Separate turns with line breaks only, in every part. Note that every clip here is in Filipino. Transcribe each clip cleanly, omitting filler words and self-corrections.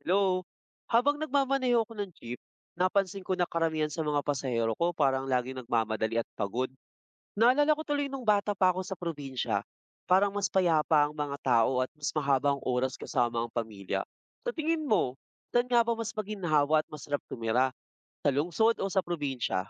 Hello. Habang nagmamaneho ako ng jeep, napansin ko na karamihan sa mga pasahero ko parang laging nagmamadali at pagod. Naalala ko tuloy nung bata pa ako sa probinsya, parang mas payapa ang mga tao at mas mahaba ang oras kasama ang pamilya. Sa tingin mo, saan nga ba mas maginhawa at masarap tumira? Sa lungsod o sa probinsya?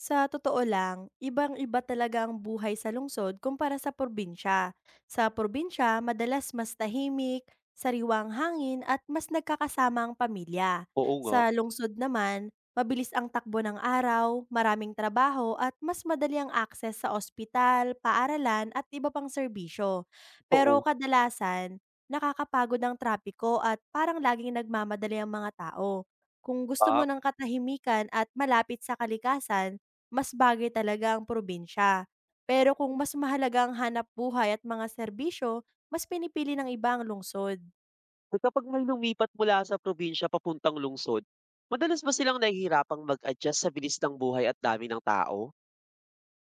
Sa totoo lang, ibang-iba talaga ang buhay sa lungsod kumpara sa probinsya. Sa probinsya, madalas mas tahimik, sariwang hangin at mas nagkakasama ang pamilya.
Oo nga.
Sa lungsod naman, mabilis ang takbo ng araw, maraming trabaho at mas madali ang akses sa ospital, paaralan at iba pang serbisyo. Pero
Oo.
kadalasan, nakakapagod ang trapiko at parang laging nagmamadali ang mga tao. Kung gusto
Ah,
mo ng katahimikan at malapit sa kalikasan, mas bagay talaga ang probinsya. Pero kung mas mahalaga ang hanap buhay at mga serbisyo, mas pinipili ng iba ang lungsod.
Kapag may lumipat mula sa probinsya papuntang lungsod, madalas ba silang nahihirapang mag-adjust sa bilis ng buhay at dami ng tao?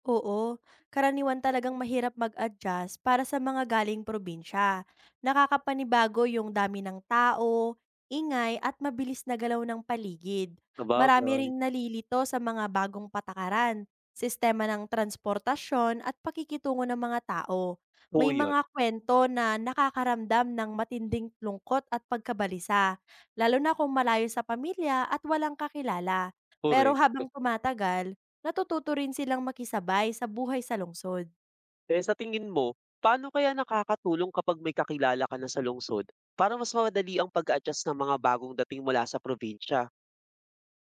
Oo, karaniwan talagang mahirap mag-adjust para sa mga galing probinsya. Nakakapanibago yung dami ng tao, ingay at mabilis na galaw ng paligid. Marami
Sabagay.
ring nalilito sa mga bagong patakaran, sistema ng transportasyon at pakikitungo ng mga tao.
Oo
May
yan,
mga kwento na nakakaramdam ng matinding lungkot at pagkabalisa, lalo na kung malayo sa pamilya at walang kakilala. Pero
korek.
habang tumatagal, natututo rin silang makisabay sa buhay sa lungsod.
Eh, sa tingin mo, paano kaya nakakatulong kapag may kakilala ka na sa lungsod para mas madali ang pag adjust ng mga bagong dating mula sa probinsya?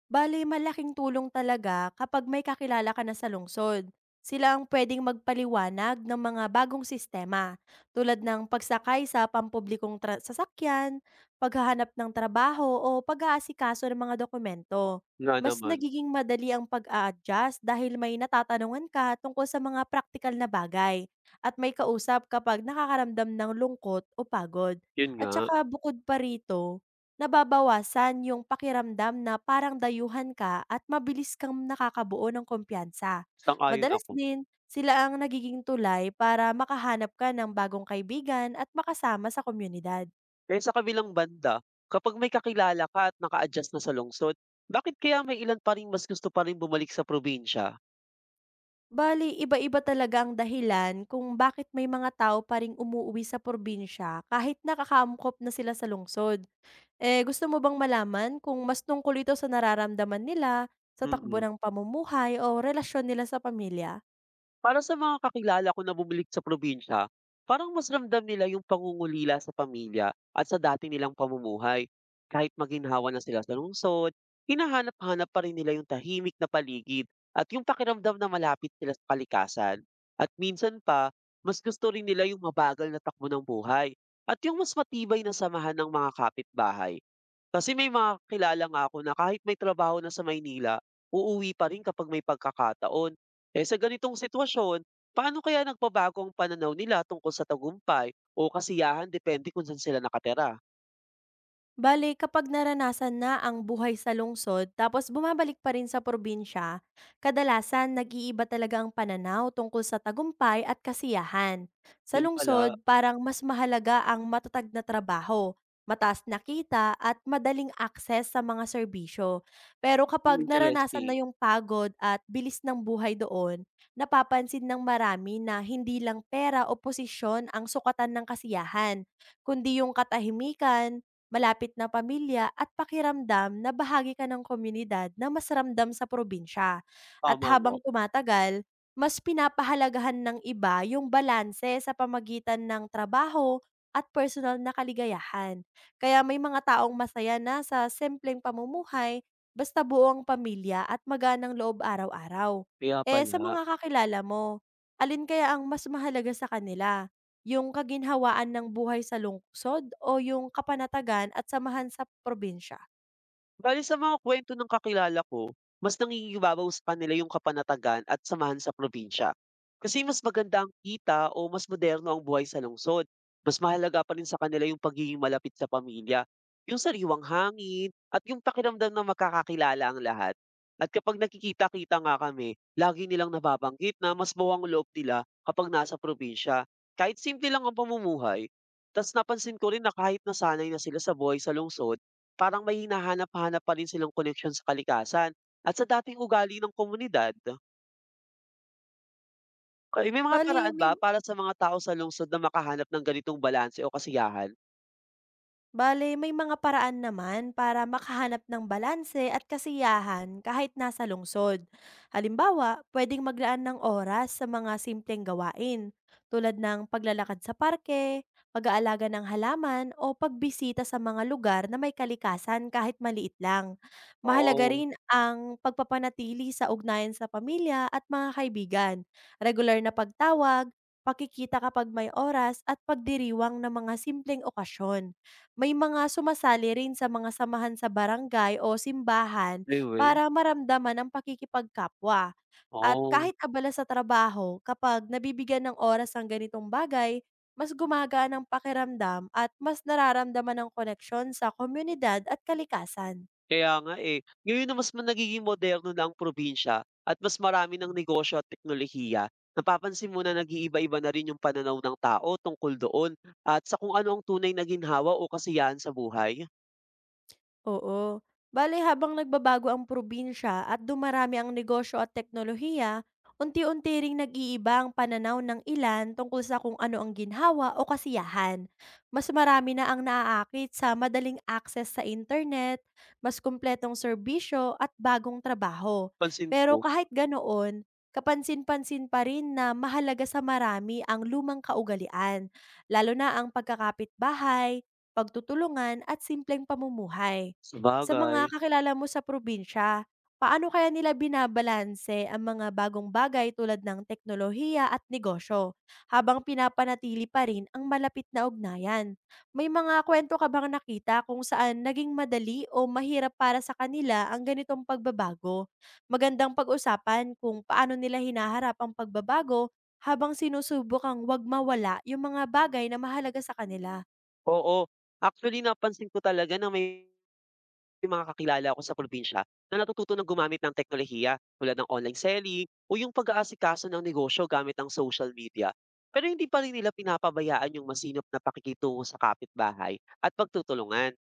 Bale, malaking tulong talaga kapag may kakilala ka na sa lungsod. Sila ang pwedeng magpaliwanag ng mga bagong sistema tulad ng pagsakay sa pampublikong sasakyan, paghahanap ng trabaho o pag-aasikaso ng mga dokumento.
Nga
Mas
naman,
nagiging madali ang pag-a-adjust dahil may natatanungan ka tungkol sa mga praktikal na bagay at may kausap kapag nakakaramdam ng lungkot o pagod.
yun
At
nga,
saka bukod pa rito, nababawasan yung pakiramdam na parang dayuhan ka at mabilis kang nakakabuo ng kumpiyansa.
sang-ayon
Madalas
ako.
din, sila ang nagiging tulay para makahanap ka ng bagong kaibigan at makasama sa komunidad.
Eh, sa kabilang banda, kapag may kakilala ka at naka-adjust na sa lungsod, bakit kaya may ilan pa ring mas gusto pa rin bumalik sa probinsya?
Bali, iba-iba talaga ang dahilan kung bakit may mga tao pa ring umuuwi sa probinsya kahit nakakaamkop na sila sa lungsod. Eh, gusto mo bang malaman kung mas tungkol ito sa nararamdaman nila, sa takbo
Mm.
ng pamumuhay o relasyon nila sa pamilya?
Para sa mga kakilala ko na bumalik sa probinsya, parang mas ramdam nila yung pangungulila sa pamilya at sa dati nilang pamumuhay. Kahit maginhawa na sila sa lungsod, hinahanap-hanap pa rin nila yung tahimik na paligid at yung pakiramdam na malapit sila sa kalikasan. At minsan pa, mas gusto rin nila yung mabagal na takbo ng buhay at yung mas matibay na samahan ng mga kapitbahay. Kasi may mga kakilala nga ako na kahit may trabaho na sa Maynila, uuwi pa rin kapag may pagkakataon eh, sa ganitong sitwasyon, paano kaya nagbabago ang pananaw nila tungkol sa tagumpay o kasiyahan depende kung saan sila nakatira?
Bale, kapag naranasan na ang buhay sa lungsod tapos bumabalik pa rin sa probinsya, kadalasan nag-iiba talaga ang pananaw tungkol sa tagumpay at kasiyahan. Sa
Yun pala,
lungsod, parang mas mahalaga ang matatag na trabaho, mataas na kita at madaling akses sa mga serbisyo. Pero
hmm,
kapag naranasan
interesting.
na yung pagod at bilis ng buhay doon, napapansin ng marami na hindi lang pera o posisyon ang sukatan ng kasiyahan, kundi yung katahimikan, malapit na pamilya at pakiramdam na bahagi ka ng komunidad na mas ramdam sa probinsya. At
Tama nga,
habang tumatagal, mas pinapahalagahan ng iba yung balanse sa pamagitan ng trabaho at personal na kaligayahan. Kaya may mga taong masaya na sa simpleng pamumuhay basta buo ang pamilya at maganang loob araw-araw.
kaya
Eh sa
pala.
mga kakilala mo, alin kaya ang mas mahalaga sa kanila? Yung kaginhawaan ng buhay sa lungsod o yung kapanatagan at samahan sa probinsya?
Bali sa mga kuwento ng kakilala ko, mas nangingibabaw sa kanila yung kapanatagan at samahan sa probinsya. Kasi mas maganda ang kita o mas moderno ang buhay sa lungsod. Mas mahalaga pa rin sa kanila yung pagiging malapit sa pamilya, yung sariwang hangin, at yung pakiramdam na magkakakilala ang lahat. At kapag nakikita-kita nga kami, lagi nilang nababanggit na mas bawang loob nila kapag nasa probinsya. Kahit simple lang ang pamumuhay. Tapos napansin ko rin na kahit nasanay na sila sa buhay sa lungsod, parang may hinahanap-hanap pa rin silang koneksyon sa kalikasan at sa dating ugali ng komunidad. Ay, may mga
Bale
paraan
may
ba para sa mga tao sa lungsod na makahanap ng ganitong balanse o kasiyahan?
Bale, may mga paraan naman para makahanap ng balanse at kasiyahan kahit nasa lungsod. Halimbawa, pwedeng maglaan ng oras sa mga simpleng gawain tulad ng paglalakad sa parke, pag-aalaga ng halaman o pagbisita sa mga lugar na may kalikasan kahit maliit lang. Mahalaga
Oo,
rin ang pagpapanatili sa ugnayan sa pamilya at mga kaibigan, regular na pagtawag, pakikita kapag may oras at pagdiriwang ng mga simpleng okasyon. May mga sumasali rin sa mga samahan sa barangay o simbahan
di ba?
para maramdaman ang pakikipagkapwa. At
Oo,
kahit abala sa trabaho, kapag nabibigyan ng oras ang ganitong bagay, mas gumagaan ang pakiramdam at mas nararamdaman ang koneksyon sa komunidad at kalikasan.
kaya nga, eh. Ngayon na mas nagiging moderno na ang probinsya at mas marami ng negosyo at teknolohiya, napapansin mo na nag-iiba-iba na rin yung pananaw ng tao tungkol doon at sa kung ano ang tunay na ginhawa o kasiyahan sa buhay.
Oo. Bale habang nagbabago ang probinsya at dumarami ang negosyo at teknolohiya, unti-unti ring nag-iiba ang pananaw ng ilan tungkol sa kung ano ang ginhawa o kasiyahan. Mas marami na ang naaakit sa madaling access sa internet, mas kumpletong serbisyo at bagong trabaho.
Pansin
Pero
ko,
kahit ganoon, kapansin-pansin pa rin na mahalaga sa marami ang lumang kaugalian, lalo na ang bahay, pagtutulungan at simpleng pamumuhay.
sa
Sa
bagay.
mga kakilala mo sa probinsya, paano kaya nila binabalanse ang mga bagong bagay tulad ng teknolohiya at negosyo, habang pinapanatili pa rin ang malapit na ugnayan? May mga kwento ka bang nakita kung saan naging madali o mahirap para sa kanila ang ganitong pagbabago? Magandang pag-usapan kung paano nila hinaharap ang pagbabago habang sinusubok ang wag mawala yung mga bagay na mahalaga sa kanila.
Oo. Actually, napansin ko talaga na may mga kakilala ako sa probinsya na natututo ng gumamit ng teknolohiya tulad ng online selling o yung pag-aasikaso ng negosyo gamit ang social media. Pero hindi pa rin nila pinapabayaan yung masinop na pakikitungo sa kapitbahay at pagtutulungan.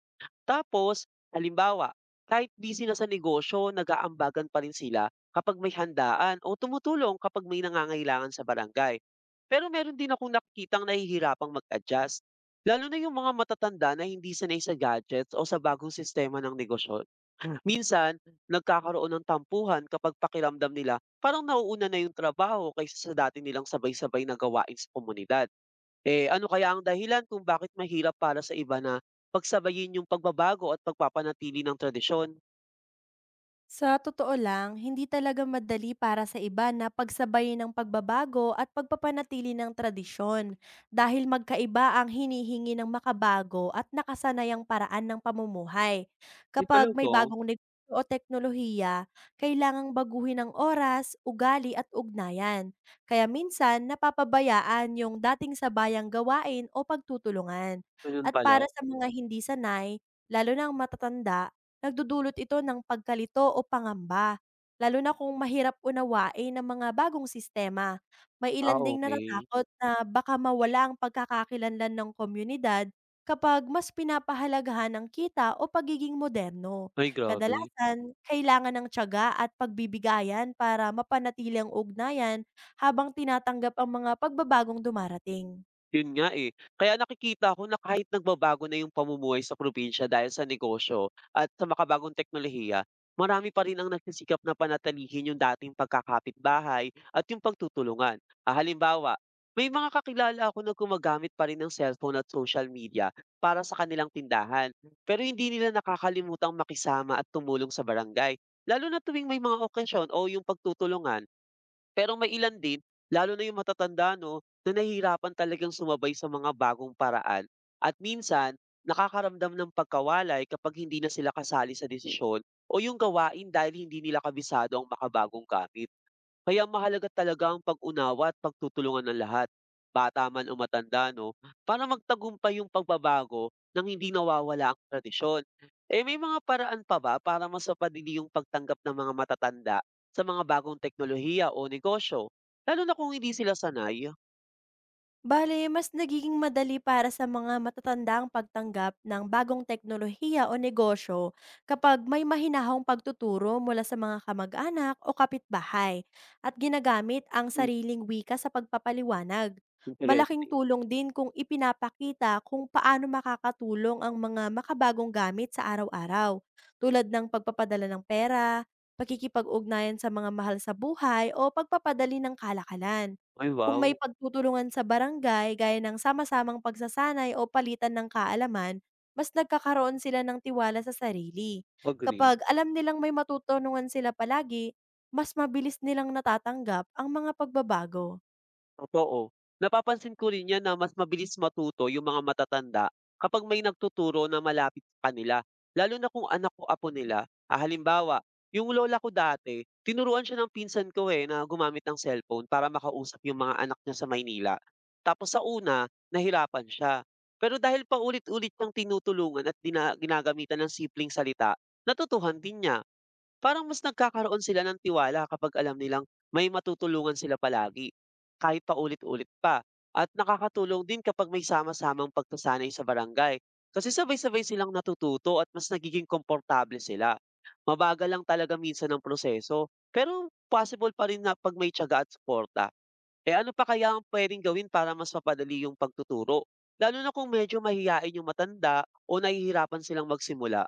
Tapos, halimbawa, kahit busy na sa negosyo, nag-aambagan pa rin sila kapag may handaan o tumutulong kapag may nangangailangan sa barangay. Pero meron din akong nakikitang nahihirapang mag-adjust. Lalo na yung mga matatanda na hindi sanay sa gadgets o sa bagong sistema ng negosyo. Minsan, nagkakaroon ng tampuhan kapag pakiramdam nila parang nauuna na yung trabaho kaysa sa dati nilang sabay-sabay na gawain sa komunidad. Eh, ano kaya ang dahilan kung bakit mahirap para sa iba na pagsabayin yung pagbabago at pagpapanatili ng tradisyon?
Sa totoo lang, hindi talaga madali para sa iba na pagsabayin ng pagbabago at pagpapanatili ng tradisyon dahil magkaiba ang hinihingi ng makabago at nakasanayang paraan ng pamumuhay.
Ay
Kapag
talaga?
may bagong negosyo o teknolohiya, kailangang baguhin ang oras, ugali at ugnayan. Kaya minsan, napapabayaan yung dating sabayang gawain o pagtutulungan.
Ganun
At
pala?
para sa mga hindi sanay, lalo na ang matatanda, nagdudulot ito ng pagkalito o pangamba, lalo na kung mahirap unawain ang mga bagong sistema. May ilan ding
Okey.
natatakot na baka mawala ang pagkakakilanlan ng komunidad kapag mas pinapahalagahan ang kita o pagiging moderno.
Ay, grabe.
Kadalasan, kailangan ng tiyaga at pagbibigayan para mapanatili ang ugnayan habang tinatanggap ang mga pagbabagong dumarating.
Yun nga, eh. Kaya nakikita ko na kahit nagbabago na yung pamumuhay sa probinsya dahil sa negosyo at sa makabagong teknolohiya, marami pa rin ang nagsisikap na panatilihin yung dating pagkakapitbahay at yung pagtutulungan. Halimbawa, may mga kakilala ako na gumagamit pa rin ng cellphone at social media para sa kanilang tindahan, pero hindi nila nakakalimutang makisama at tumulong sa barangay, lalo na tuwing may mga okasyon o yung pagtutulungan. Pero may ilan din, lalo na yung matatanda 'no, na nahihirapan talagang sumabay sa mga bagong paraan at minsan nakakaramdam ng pagkawalay kapag hindi na sila kasali sa desisyon o yung gawain dahil hindi nila kabisado ang makabagong gamit. Kaya mahalaga talaga ang pag-unawa at pagtutulungan ng lahat, bata man o matanda 'no, para magtagumpay yung pagbabago nang hindi nawawala ang tradisyon. Eh, may mga paraan pa ba para mas yung pagtanggap ng mga matatanda sa mga bagong teknolohiya o negosyo, lalo na kung hindi sila sanay?
Bale, mas nagiging madali para sa mga matatanda ang pagtanggap ng bagong teknolohiya o negosyo kapag may mahinahong pagtuturo mula sa mga kamag-anak o kapitbahay at ginagamit ang
Hmm,
sariling wika sa pagpapaliwanag. Malaking
interesting.
tulong din kung ipinapakita kung paano makakatulong ang mga makabagong gamit sa araw-araw, tulad ng pagpapadala ng pera, pakikipag-ugnayan sa mga mahal sa buhay o pagpapadali ng kalakalan
Ay
kung
wow,
may pagtutulungan sa barangay gaya ng sama-samang pagsasanay o palitan ng kaalaman, mas nagkakaroon sila ng tiwala sa sarili.
agree.
Kapag alam nilang may matutulungan sila palagi, mas mabilis nilang natatanggap ang mga pagbabago.
Totoo. Napapansin ko rin 'yan na mas mabilis matuto yung mga matatanda kapag may nagtuturo na malapit sa kanila, lalo na kung anak o apo nila. Halimbawa, yung lola ko dati, tinuruan siya ng pinsan ko, eh, na gumamit ng cellphone para makausap yung mga anak niya sa Maynila. Tapos sa una, nahirapan siya. Pero dahil paulit-ulit niyang tinutulungan at dina ginagamitan ng simpleng salita, natutuhan din niya. Parang mas nagkakaroon sila ng tiwala kapag alam nilang may matutulungan sila palagi, kahit pa ulit ulit pa. At nakakatulong din kapag may sama-samang pagsasanay sa barangay. Kasi sabay-sabay silang natututo at mas nagiging komportable sila. Mabagal lang talaga minsan ang proseso, pero possible pa rin na pag may tiyaga at suporta. Eh ano pa kaya ang pwedeng gawin para mas mapadali yung pagtuturo? Lalo na kung medyo mahihain yung matanda o nahihirapan silang magsimula.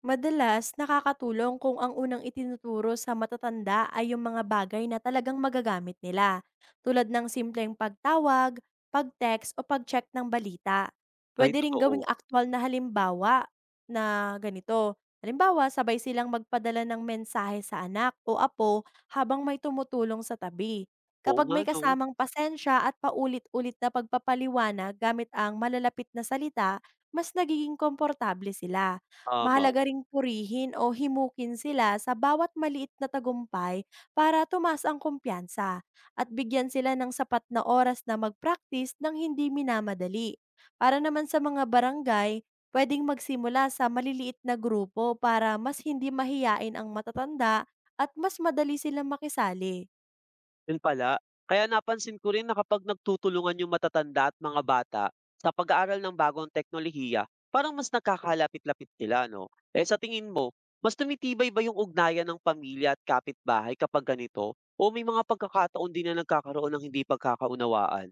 Madalas, nakakatulong kung ang unang itinuturo sa matatanda ay yung mga bagay na talagang magagamit nila, tulad ng simpleng pagtawag, pag-text o pag-check ng balita.
Ay,
Pwede rin gawing
totoo.
aktwal na halimbawa na ganito. Halimbawa, sabay silang magpadala ng mensahe sa anak o apo habang may tumutulong sa tabi.
Oo
Kapag
nga,
may
no?
kasamang pasensya at paulit-ulit na pagpapaliwanag gamit ang malalapit na salita, mas nagiging komportable sila.
Tama.
Mahalaga ring purihin o himukin sila sa bawat maliit na tagumpay para tumaas ang kumpiyansa at bigyan sila ng sapat na oras na mag-practice ng hindi minamadali. Para naman sa mga barangay, pwedeng magsimula sa maliliit na grupo para mas hindi mahiyain ang matatanda at mas madali silang makisali.
Yun pala. Kaya napansin ko rin na kapag nagtutulungan yung matatanda at mga bata sa pag-aaral ng bagong teknolohiya, parang mas nagkakalapit-lapit sila, no? Eh sa tingin mo, mas tumitibay ba yung ugnayan ng pamilya at kapitbahay kapag ganito? O may mga pagkakataon din na nagkakaroon ng hindi pagkakaunawaan?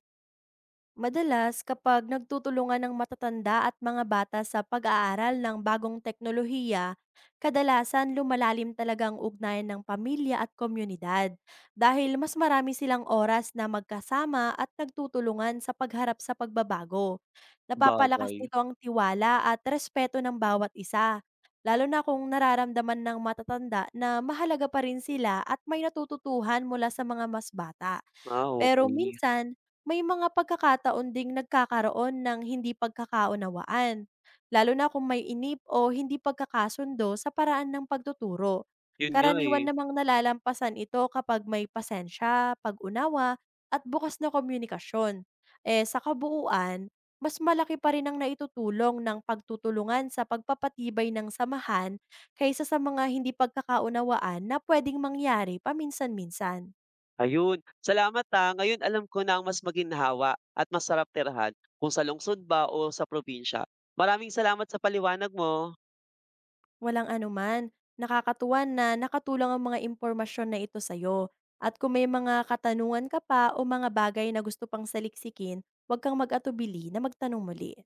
Madalas, kapag nagtutulungan ng matatanda at mga bata sa pag-aaral ng bagong teknolohiya, kadalasan lumalalim talaga ang ugnayan ng pamilya at komunidad dahil mas marami silang oras na magkasama at nagtutulungan sa pagharap sa pagbabago. Napapalakas
Bagay.
nito ang tiwala at respeto ng bawat isa, lalo na kung nararamdaman ng matatanda na mahalaga pa rin sila at may natututuhan mula sa mga mas bata.
Ah,
Pero
okay.
minsan, may mga pagkakataon ding nagkakaroon ng hindi pagkakaunawaan, lalo na kung may inip o hindi pagkakasundo sa paraan ng pagtuturo.
Yun nga eh.
Karaniwan namang nalalampasan ito kapag may pasensya, pag-unawa, at bukas na komunikasyon. Eh sa kabuuan, mas malaki pa rin ang naitutulong ng pagtutulungan sa pagpapatibay ng samahan kaysa sa mga hindi pagkakaunawaan na pwedeng mangyari paminsan-minsan.
Ayun. Salamat ha. Ngayon alam ko na ang mas maginhawa at masarap tirahan kung sa lungsod ba o sa probinsya. Maraming salamat sa paliwanag mo.
Walang anuman. Nakakatuwa na nakatulong ang mga impormasyon na ito sa'yo. At kung may mga katanungan ka pa o mga bagay na gusto pang saliksikin, huwag kang mag-atubili na magtanong muli.